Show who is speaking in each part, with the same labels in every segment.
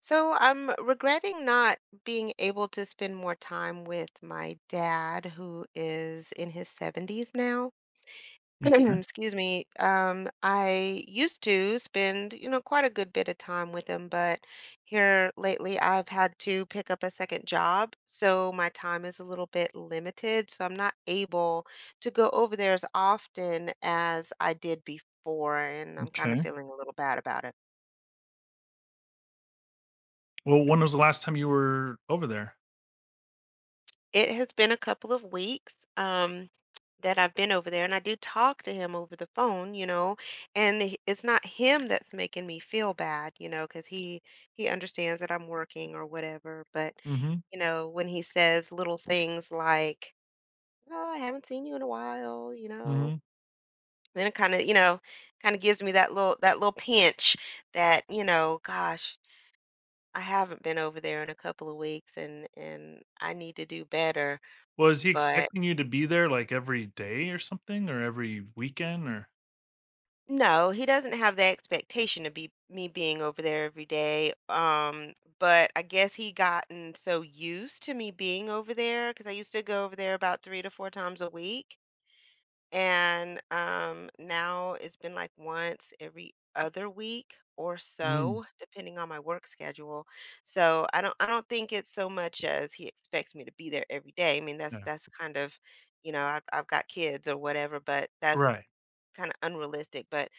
Speaker 1: So I'm regretting not being able to spend more time with my dad, who is in his 70s now.
Speaker 2: Okay,
Speaker 1: Excuse me. I used to spend, you know, quite a good bit of time with him, but here lately I've had to pick up a second job, so my time is a little bit limited, so I'm not able to go over there as often as I did before, and I'm kind of
Speaker 2: okay.
Speaker 1: feeling a little bad about it.
Speaker 2: Well, when was the last time you were over there?
Speaker 1: It has been a couple of weeks that I've been over there, and I do talk to him over the phone, you know, and it's not him that's making me feel bad, you know, because he understands that I'm working or whatever. But
Speaker 2: Mhm,
Speaker 1: you know, when he says little things like, "Oh, I haven't seen you in a while," you know,
Speaker 2: mhm.
Speaker 1: then it kind of, you know, kind of gives me that little pinch that, you know, gosh, I haven't been over there in a couple of weeks, and I need to do better.
Speaker 2: Was he
Speaker 1: But
Speaker 2: expecting you to be there, like, every day or something, or every weekend, or
Speaker 1: No, he doesn't have the expectation of be me being over there every day. But I guess he gotten so used to me being over there because I used to go over there about three to four times a week, and now it's been like once every other week or
Speaker 2: Mm,
Speaker 1: so, depending on my work schedule. So I don't think it's so much as he expects me to be there every day. I mean, that's
Speaker 2: yeah.
Speaker 1: that's kind of, you know, I've got kids or whatever, but that's
Speaker 2: Right,
Speaker 1: kind of unrealistic. But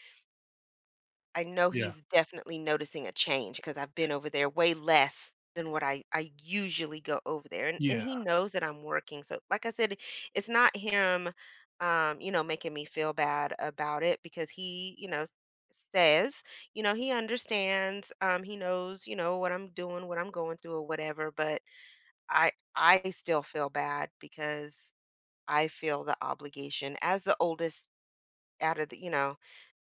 Speaker 1: I know
Speaker 2: yeah.
Speaker 1: he's definitely noticing a change because I've been over there way less than what I usually go over there. And
Speaker 2: Yeah,
Speaker 1: he knows that I'm working. So, like I said, it's not him, you know, making me feel bad about it because he, you know, says, you know, he understands, he knows, you know, what I'm doing, what I'm going through or whatever. But I still feel bad because I feel the obligation as the oldest out of the, you know,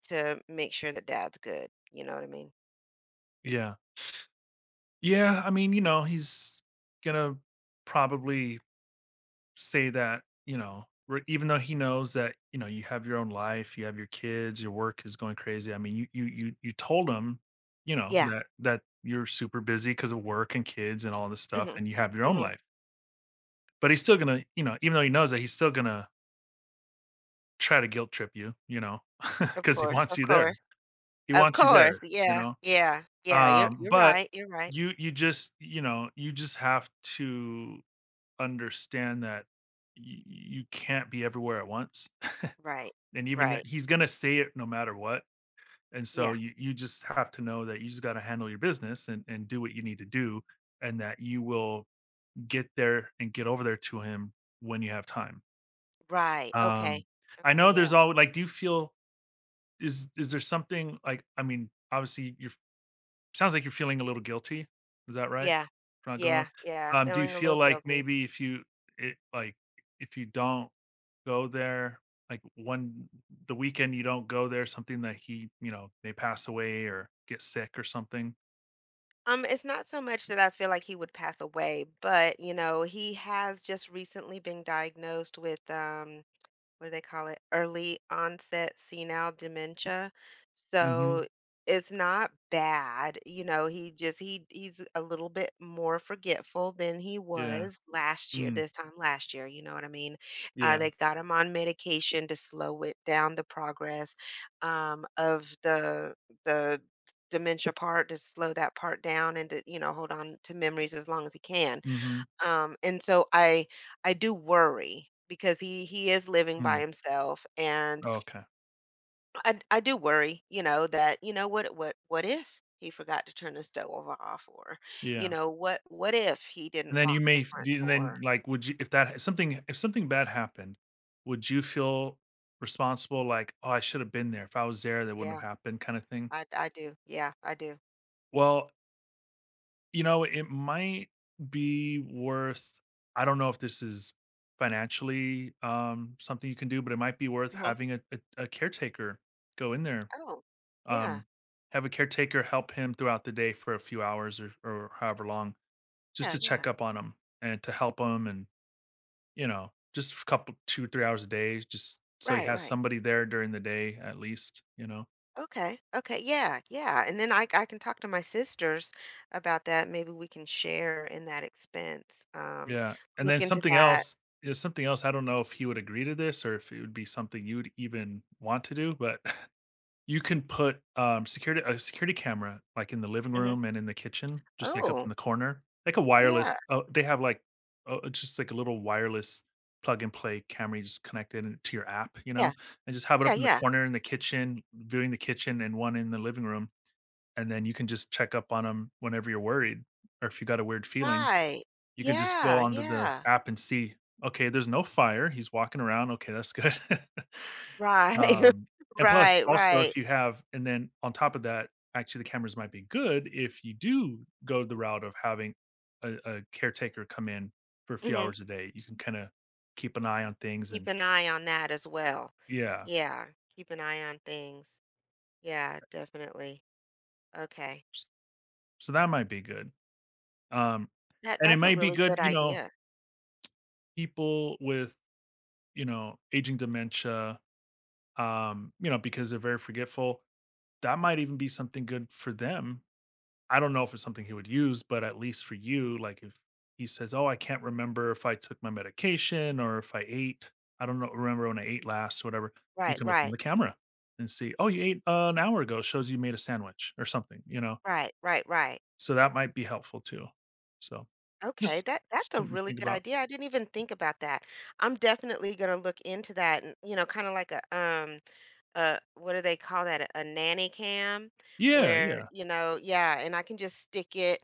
Speaker 1: to make sure that dad's good. You know what I mean?
Speaker 2: yeah. Yeah, I mean, you know, he's gonna probably say that, you know, re even though he knows that, you know, you have your own life, you have your kids, your work is going crazy. I mean, you told him, you know,
Speaker 1: Yeah.
Speaker 2: that you're super busy because of work and kids and all this stuff,
Speaker 1: Mhm.
Speaker 2: and you have your own
Speaker 1: Mhm.
Speaker 2: life. But he's still gonna, you know, even though he knows that, he's still gonna try to guilt trip you, you know,
Speaker 1: Of
Speaker 2: because he
Speaker 1: course,
Speaker 2: wants
Speaker 1: of
Speaker 2: you there.
Speaker 1: course.
Speaker 2: He
Speaker 1: Of
Speaker 2: wants you
Speaker 1: course.
Speaker 2: there, you
Speaker 1: Yeah.
Speaker 2: know?
Speaker 1: Yeah. Yeah. You're you're
Speaker 2: But
Speaker 1: right. You're right.
Speaker 2: you just, you know, you just have to understand that y you can't be everywhere at once,
Speaker 1: Right.
Speaker 2: and even that
Speaker 1: Right.
Speaker 2: he's gonna say it no matter what, and so
Speaker 1: Yeah.
Speaker 2: you just have to know that you just gotta handle your business and do what you need to do, and that you will get there and get over there to him when you have time.
Speaker 1: Right. Okay.
Speaker 2: Um, I
Speaker 1: Okay.
Speaker 2: know there's
Speaker 1: Yeah.
Speaker 2: all like, do you feel is there something like, I mean, obviously, you're sounds like you're feeling a little guilty. Is that right?
Speaker 1: Yeah.
Speaker 2: For not going,
Speaker 1: Yeah. Yeah.
Speaker 2: do you
Speaker 1: Feeling a
Speaker 2: feel
Speaker 1: little
Speaker 2: like
Speaker 1: guilty.
Speaker 2: maybe if you it, like, if you don't go there, like, one the weekend you don't go there, something that he, you know, may pass away or get sick or something?
Speaker 1: It's not so much that I feel like he would pass away, but you know, he has just recently been diagnosed with what do they call it? Early onset senile dementia.
Speaker 2: Mhm.
Speaker 1: So it's not bad. You know, he he's a little bit more forgetful than he
Speaker 2: Yeah.
Speaker 1: was last year,
Speaker 2: Mm.
Speaker 1: this time last year, you know what I mean?
Speaker 2: Yeah.
Speaker 1: They got him on medication to slow it down the progress of the dementia part to slow that part down and to you know hold on to memories as long as he can
Speaker 2: Mhm.
Speaker 1: and so I do worry because he is living by
Speaker 2: Mm.
Speaker 1: himself and
Speaker 2: Oh, okay.
Speaker 1: I do worry, you know, that you know what if he forgot to turn the stove over off or you
Speaker 2: Yeah.
Speaker 1: know what if he
Speaker 2: And
Speaker 1: didn't
Speaker 2: then you
Speaker 1: lock
Speaker 2: may
Speaker 1: the
Speaker 2: f
Speaker 1: front
Speaker 2: do, and then,
Speaker 1: door?
Speaker 2: like, would you if that if something bad happened, would you feel responsible, like, "Oh, I should have been there. If I was there, that wouldn't
Speaker 1: Yeah,
Speaker 2: have happened," kinda thing?
Speaker 1: I do. Yeah, I do.
Speaker 2: Well, you know, it might be worth I don't know if this is financially, something you can do, but it might be worth
Speaker 1: Hmm.
Speaker 2: having a caretaker go in there.
Speaker 1: Oh, yeah,
Speaker 2: Um, have a caretaker help him throughout the day for a few hours or however long, just
Speaker 1: yeah,
Speaker 2: to
Speaker 1: yeah.
Speaker 2: check up on him and to help him. And, you know, just a couple 2, 3 hours a day, just so you
Speaker 1: Right,
Speaker 2: have
Speaker 1: right.
Speaker 2: somebody there during the day at least, you know?
Speaker 1: Okay, okay, yeah, yeah. And then I can talk to my sisters about that. Maybe we can share in that expense.
Speaker 2: Yeah, and
Speaker 1: Look
Speaker 2: then
Speaker 1: into
Speaker 2: something
Speaker 1: that.
Speaker 2: else is something else, I don't know if he would agree to this or if it would be something you'd even want to do, but you can put, security a security camera, like, in the living room and in the kitchen, just, like, up in
Speaker 1: Oh,
Speaker 2: the corner, like a wireless
Speaker 1: yeah,
Speaker 2: oh, they have, like, oh, just like a little wireless plug and play camera. You just connect it in to your app, you know,
Speaker 1: yeah,
Speaker 2: and just have it up
Speaker 1: yeah,
Speaker 2: in the
Speaker 1: yeah,
Speaker 2: corner in the kitchen, viewing the kitchen, and one in the living room. And then you can just check up on them whenever you're worried, or if you got a weird feeling,
Speaker 1: right.
Speaker 2: you can just go
Speaker 1: Yeah,
Speaker 2: onto the
Speaker 1: yeah,
Speaker 2: app and see, "Okay, there's no fire, he's walking around, okay, that's good."
Speaker 1: right,
Speaker 2: Um, and plus,
Speaker 1: right,
Speaker 2: also,
Speaker 1: right.
Speaker 2: if you have and then on top of that, actually, the cameras might be good if you do go the route of having a caretaker come in for a few
Speaker 1: Mhm.
Speaker 2: hours a day, you can kinda keep an eye on things.
Speaker 1: Keep
Speaker 2: And
Speaker 1: an eye on that as well.
Speaker 2: yeah,
Speaker 1: Yeah, keep an eye on things. Yeah, definitely. Okay.
Speaker 2: so that might be good. Um,
Speaker 1: That
Speaker 2: and it
Speaker 1: that's a
Speaker 2: might be
Speaker 1: really
Speaker 2: good,
Speaker 1: good
Speaker 2: you know,
Speaker 1: idea.
Speaker 2: people with, you know, aging dementia, you know, because they're very forgetful. That might even be something good for them. I don't know if it's something he would use, but at least for you, like, if he says, oh, I can't remember if I took my medication or if I ate, I don't know, remember when I ate last or whatever, you
Speaker 1: Right,
Speaker 2: can look on
Speaker 1: right,
Speaker 2: the camera and see, oh, you ate, an hour ago, shows you made a sandwich or something, you know?
Speaker 1: right, right, right.
Speaker 2: So that might be helpful too. So
Speaker 1: Okay,
Speaker 2: just
Speaker 1: that's a
Speaker 2: something to
Speaker 1: really
Speaker 2: think
Speaker 1: good
Speaker 2: about.
Speaker 1: idea. I didn't even think about that. I'm definitely gonna look into that and you know, kind of like a what do they call that, a nanny cam
Speaker 2: Yeah.
Speaker 1: where
Speaker 2: Yeah.
Speaker 1: you know yeah and I can just stick it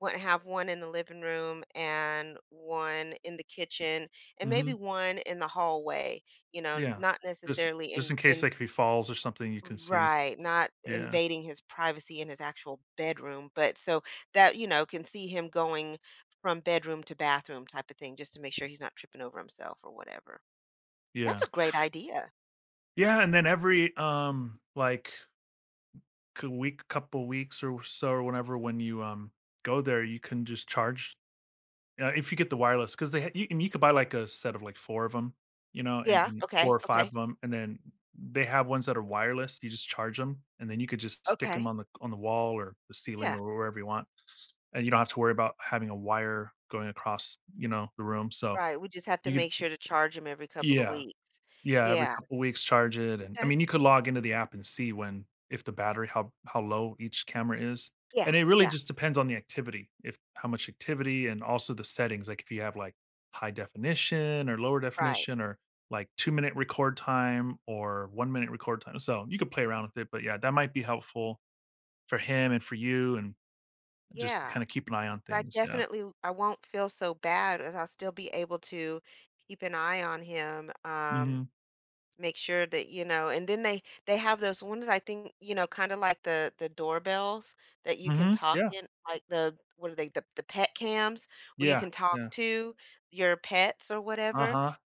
Speaker 1: one have one in the living room and one in the kitchen and
Speaker 2: hmm
Speaker 1: maybe one in the hallway you know
Speaker 2: Yeah.
Speaker 1: not
Speaker 2: Just
Speaker 1: necessarily
Speaker 2: just
Speaker 1: in
Speaker 2: in case,
Speaker 1: in
Speaker 2: like, if he falls or something, you can see.
Speaker 1: right, not
Speaker 2: Yeah.
Speaker 1: invading his privacy in his actual bedroom, but so that you know can see him going from bedroom to bathroom type of thing just to make sure he's not tripping over himself or whatever, that's
Speaker 2: Yeah.
Speaker 1: a great idea
Speaker 2: Yeah, and then every, like, c week couple weeks or so, or whenever when you, go there, you can just charge, if you get the wireless, because they ha you and you could buy, like, a set of, like, 4 of them, you know,
Speaker 1: yeah
Speaker 2: and 4
Speaker 1: okay
Speaker 2: or 5
Speaker 1: okay
Speaker 2: of them. And then they have ones that are wireless. You just charge them, and then you could just stick them
Speaker 1: okay
Speaker 2: on the wall or the ceiling
Speaker 1: yeah.
Speaker 2: or wherever you want, and you don't have to worry about having a wire going across, you know, the room. So
Speaker 1: Right, we just have to
Speaker 2: you could
Speaker 1: make sure to charge him every couple of
Speaker 2: Yeah.
Speaker 1: weeks.
Speaker 2: Yeah, every
Speaker 1: Yeah,
Speaker 2: couple weeks charge it. And I
Speaker 1: okay.
Speaker 2: mean, you could log into the app and see when if the battery how low each camera is,
Speaker 1: Yeah,
Speaker 2: and it really
Speaker 1: yeah,
Speaker 2: just depends on the activity, if how much activity and also the settings, like, if you have, like, high definition or lower
Speaker 1: right.
Speaker 2: definition, or, like, two-minute record time or one-minute record time. So you could play around with it, but yeah, that might be helpful for him and for you, and just to
Speaker 1: Yeah,
Speaker 2: kinda keep an eye on
Speaker 1: 'cause I
Speaker 2: things, yeah.
Speaker 1: definitely l I won't feel so bad as I'll still be able to keep an eye on him,
Speaker 2: Mhm.
Speaker 1: make sure that, you know, and then they have those ones, I think, you know, kinda like the doorbells that you can
Speaker 2: Mhm.
Speaker 1: talk
Speaker 2: Yeah.
Speaker 1: in, like the what are they? The pet cams where you
Speaker 2: Yeah.
Speaker 1: can talk
Speaker 2: Yeah.
Speaker 1: to your pets or whatever.
Speaker 2: Uh-huh.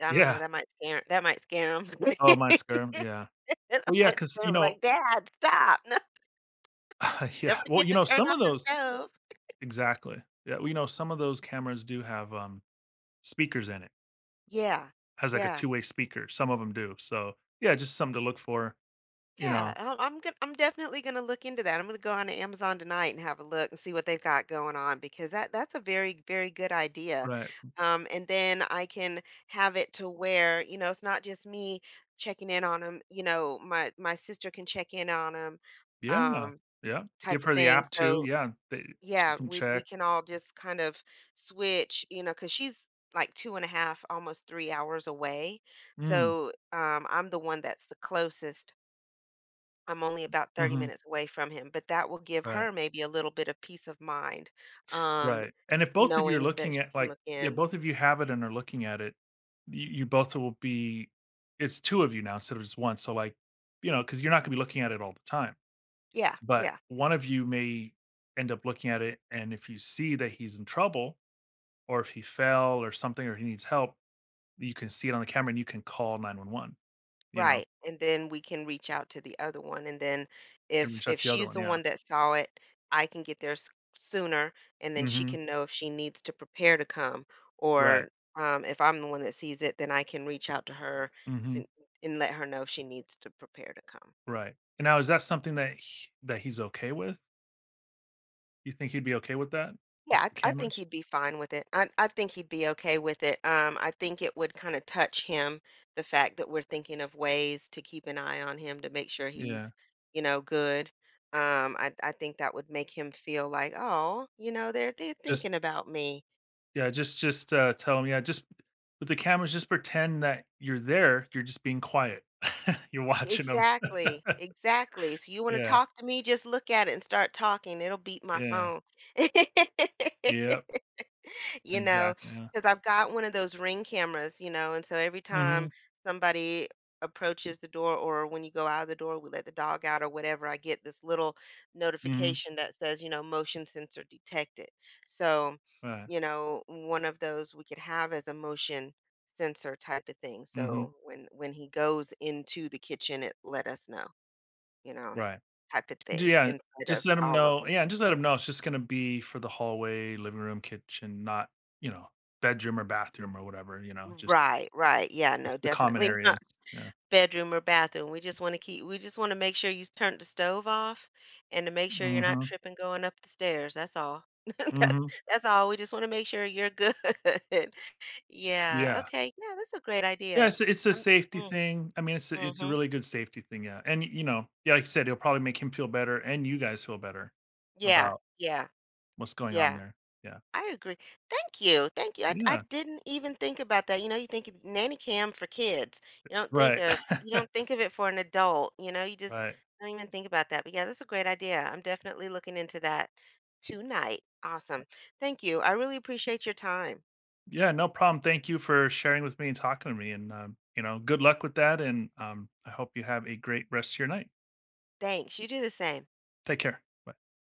Speaker 1: I don't know,
Speaker 2: Yeah.
Speaker 1: that might scare them.
Speaker 2: Oh, my skirm, yeah.
Speaker 1: And
Speaker 2: Well, yeah,
Speaker 1: my
Speaker 2: because you
Speaker 1: son was
Speaker 2: know
Speaker 1: like, "Dad, stop. No, don't
Speaker 2: yeah, well,
Speaker 1: forget
Speaker 2: you
Speaker 1: to
Speaker 2: know,
Speaker 1: turn
Speaker 2: some
Speaker 1: off
Speaker 2: of
Speaker 1: the
Speaker 2: those
Speaker 1: stove."
Speaker 2: exactly. Yeah, we know some of those cameras do have, speakers in it,
Speaker 1: Yeah.
Speaker 2: has, like, a
Speaker 1: Yeah.
Speaker 2: two-way speaker, some of them do, so, yeah, just something to look for, you
Speaker 1: Yeah.
Speaker 2: know
Speaker 1: I'm definitely gonna look into that. I'm gonna go on to Amazon tonight and have a look and see what they've got going on because that's a very, very good idea.
Speaker 2: right.
Speaker 1: And then I can have it to where, you know, it's not just me checking in on them. You know, my sister can check in on them.
Speaker 2: Yeah,
Speaker 1: Um,
Speaker 2: yeah,
Speaker 1: type
Speaker 2: give
Speaker 1: of
Speaker 2: her the
Speaker 1: thing.
Speaker 2: app too,
Speaker 1: So
Speaker 2: yeah, that she
Speaker 1: yeah
Speaker 2: can
Speaker 1: we
Speaker 2: check.
Speaker 1: can all just kind of switch you know because she's like two and a half almost 3 hours away
Speaker 2: Mm,
Speaker 1: so I'm the one that's the closest, I'm only about 30
Speaker 2: mhm,
Speaker 1: minutes away from him but that will give
Speaker 2: right,
Speaker 1: her maybe a little bit of peace of mind, um,
Speaker 2: right, and if both of you are
Speaker 1: knowing that
Speaker 2: looking
Speaker 1: she
Speaker 2: at,
Speaker 1: can
Speaker 2: like
Speaker 1: look
Speaker 2: yeah,
Speaker 1: in,
Speaker 2: both of you have it and are looking at it, you both will be it's 2 of you now instead of just 1, so, like, you know, because 'cause you're not gonna be looking at it all the time.
Speaker 1: yeah
Speaker 2: But
Speaker 1: yeah.
Speaker 2: one of you may end up looking at it, and if you see that he's in trouble or if he fell or something or he needs help, you can see it on the camera and you can call 911, you know,
Speaker 1: Right, and then we can reach out to the other one, and then
Speaker 2: and reach out
Speaker 1: if
Speaker 2: to the other
Speaker 1: she's
Speaker 2: one.
Speaker 1: the
Speaker 2: Yeah,
Speaker 1: one that saw it, I can get there s sooner, and then she
Speaker 2: mhm,
Speaker 1: can know if she needs to prepare to come,
Speaker 2: right,
Speaker 1: or, if I'm the one that sees it, then I can reach out to her
Speaker 2: mhm,
Speaker 1: sin and let her know if she needs to prepare to come.
Speaker 2: right. And now is that something that he, that he's okay with? You think he'd be okay with that with
Speaker 1: Yeah,
Speaker 2: the
Speaker 1: I think
Speaker 2: cameras?
Speaker 1: he'd be fine with it. I think he'd be okay with it. I think it would kind of touch him, the fact that we're thinking of ways to keep an eye on him to make sure
Speaker 2: Yeah,
Speaker 1: he's, you know, good. I think that would make him feel like, oh, you know, they're
Speaker 2: just
Speaker 1: thinking about me.
Speaker 2: yeah, just tell him yeah, just with the cameras just pretend that you're there, you're just being quiet you're watching them.
Speaker 1: Exactly, exactly. So you want to
Speaker 2: Yeah,
Speaker 1: talk to me? Just look at it and start talking. It'll beat my
Speaker 2: yeah,
Speaker 1: phone.
Speaker 2: yeah.
Speaker 1: You know,
Speaker 2: Exactly, yeah.
Speaker 1: because 'cause I've got one of those Ring cameras, you know, and so every time
Speaker 2: Mhm,
Speaker 1: somebody approaches the door or when you go out of the door, we let the dog out or whatever, I get this little
Speaker 2: mhm,
Speaker 1: notification that says, you know, motion sensor detected. So,
Speaker 2: right,
Speaker 1: you know, one of those we could have as a motion sensor type of thing.
Speaker 2: mhm,
Speaker 1: So when he goes into the kitchen, it let us know, you know,
Speaker 2: right.
Speaker 1: type of
Speaker 2: J
Speaker 1: thing
Speaker 2: Yeah,
Speaker 1: instead
Speaker 2: just
Speaker 1: of
Speaker 2: let let 'em
Speaker 1: all of
Speaker 2: know
Speaker 1: them.
Speaker 2: yeah, just let let 'em know it's just gonna be for the hallway, living room, kitchen, not, you know, bedroom or bathroom or whatever, you know,
Speaker 1: Right, right. Yeah, no,
Speaker 2: just the common
Speaker 1: definitely not.
Speaker 2: areas, yeah.
Speaker 1: Bedroom or bathroom. We just want to make sure you turn the stove off and to make sure you're not
Speaker 2: Mhm,
Speaker 1: tripping going up the stairs. That's all. that's
Speaker 2: mhm,
Speaker 1: that's all. We just want to make sure you're good. Yeah.
Speaker 2: yeah.
Speaker 1: Okay. Yeah, that's a great
Speaker 2: Yeah,
Speaker 1: idea.
Speaker 2: it's a
Speaker 1: I'm
Speaker 2: safety
Speaker 1: Mm,
Speaker 2: thing, I mean, it's a
Speaker 1: mhm.
Speaker 2: really good safety thing, yeah, and, you know, yeah, like you said, it'll probably make him feel better and you guys feel better
Speaker 1: Yeah.
Speaker 2: about
Speaker 1: Yeah.
Speaker 2: what's going on
Speaker 1: Yeah.
Speaker 2: there, yeah.
Speaker 1: I agree. Thank you. Thank you. I
Speaker 2: Yeah,
Speaker 1: didn't even think about that. You know, you think of nanny cam for kids. You don't think
Speaker 2: right.
Speaker 1: of it for an adult. You know, you just
Speaker 2: Right.
Speaker 1: don't even think about that. But yeah, that's a great idea. I'm definitely looking into that tonight. Awesome. Thank you. I really appreciate your time.
Speaker 2: Yeah, no problem. Thank you for sharing with me and talking to me. And, you know, good luck with that. And I hope you have a great rest of your night.
Speaker 1: Thanks. You do the same.
Speaker 2: Take care. Bye.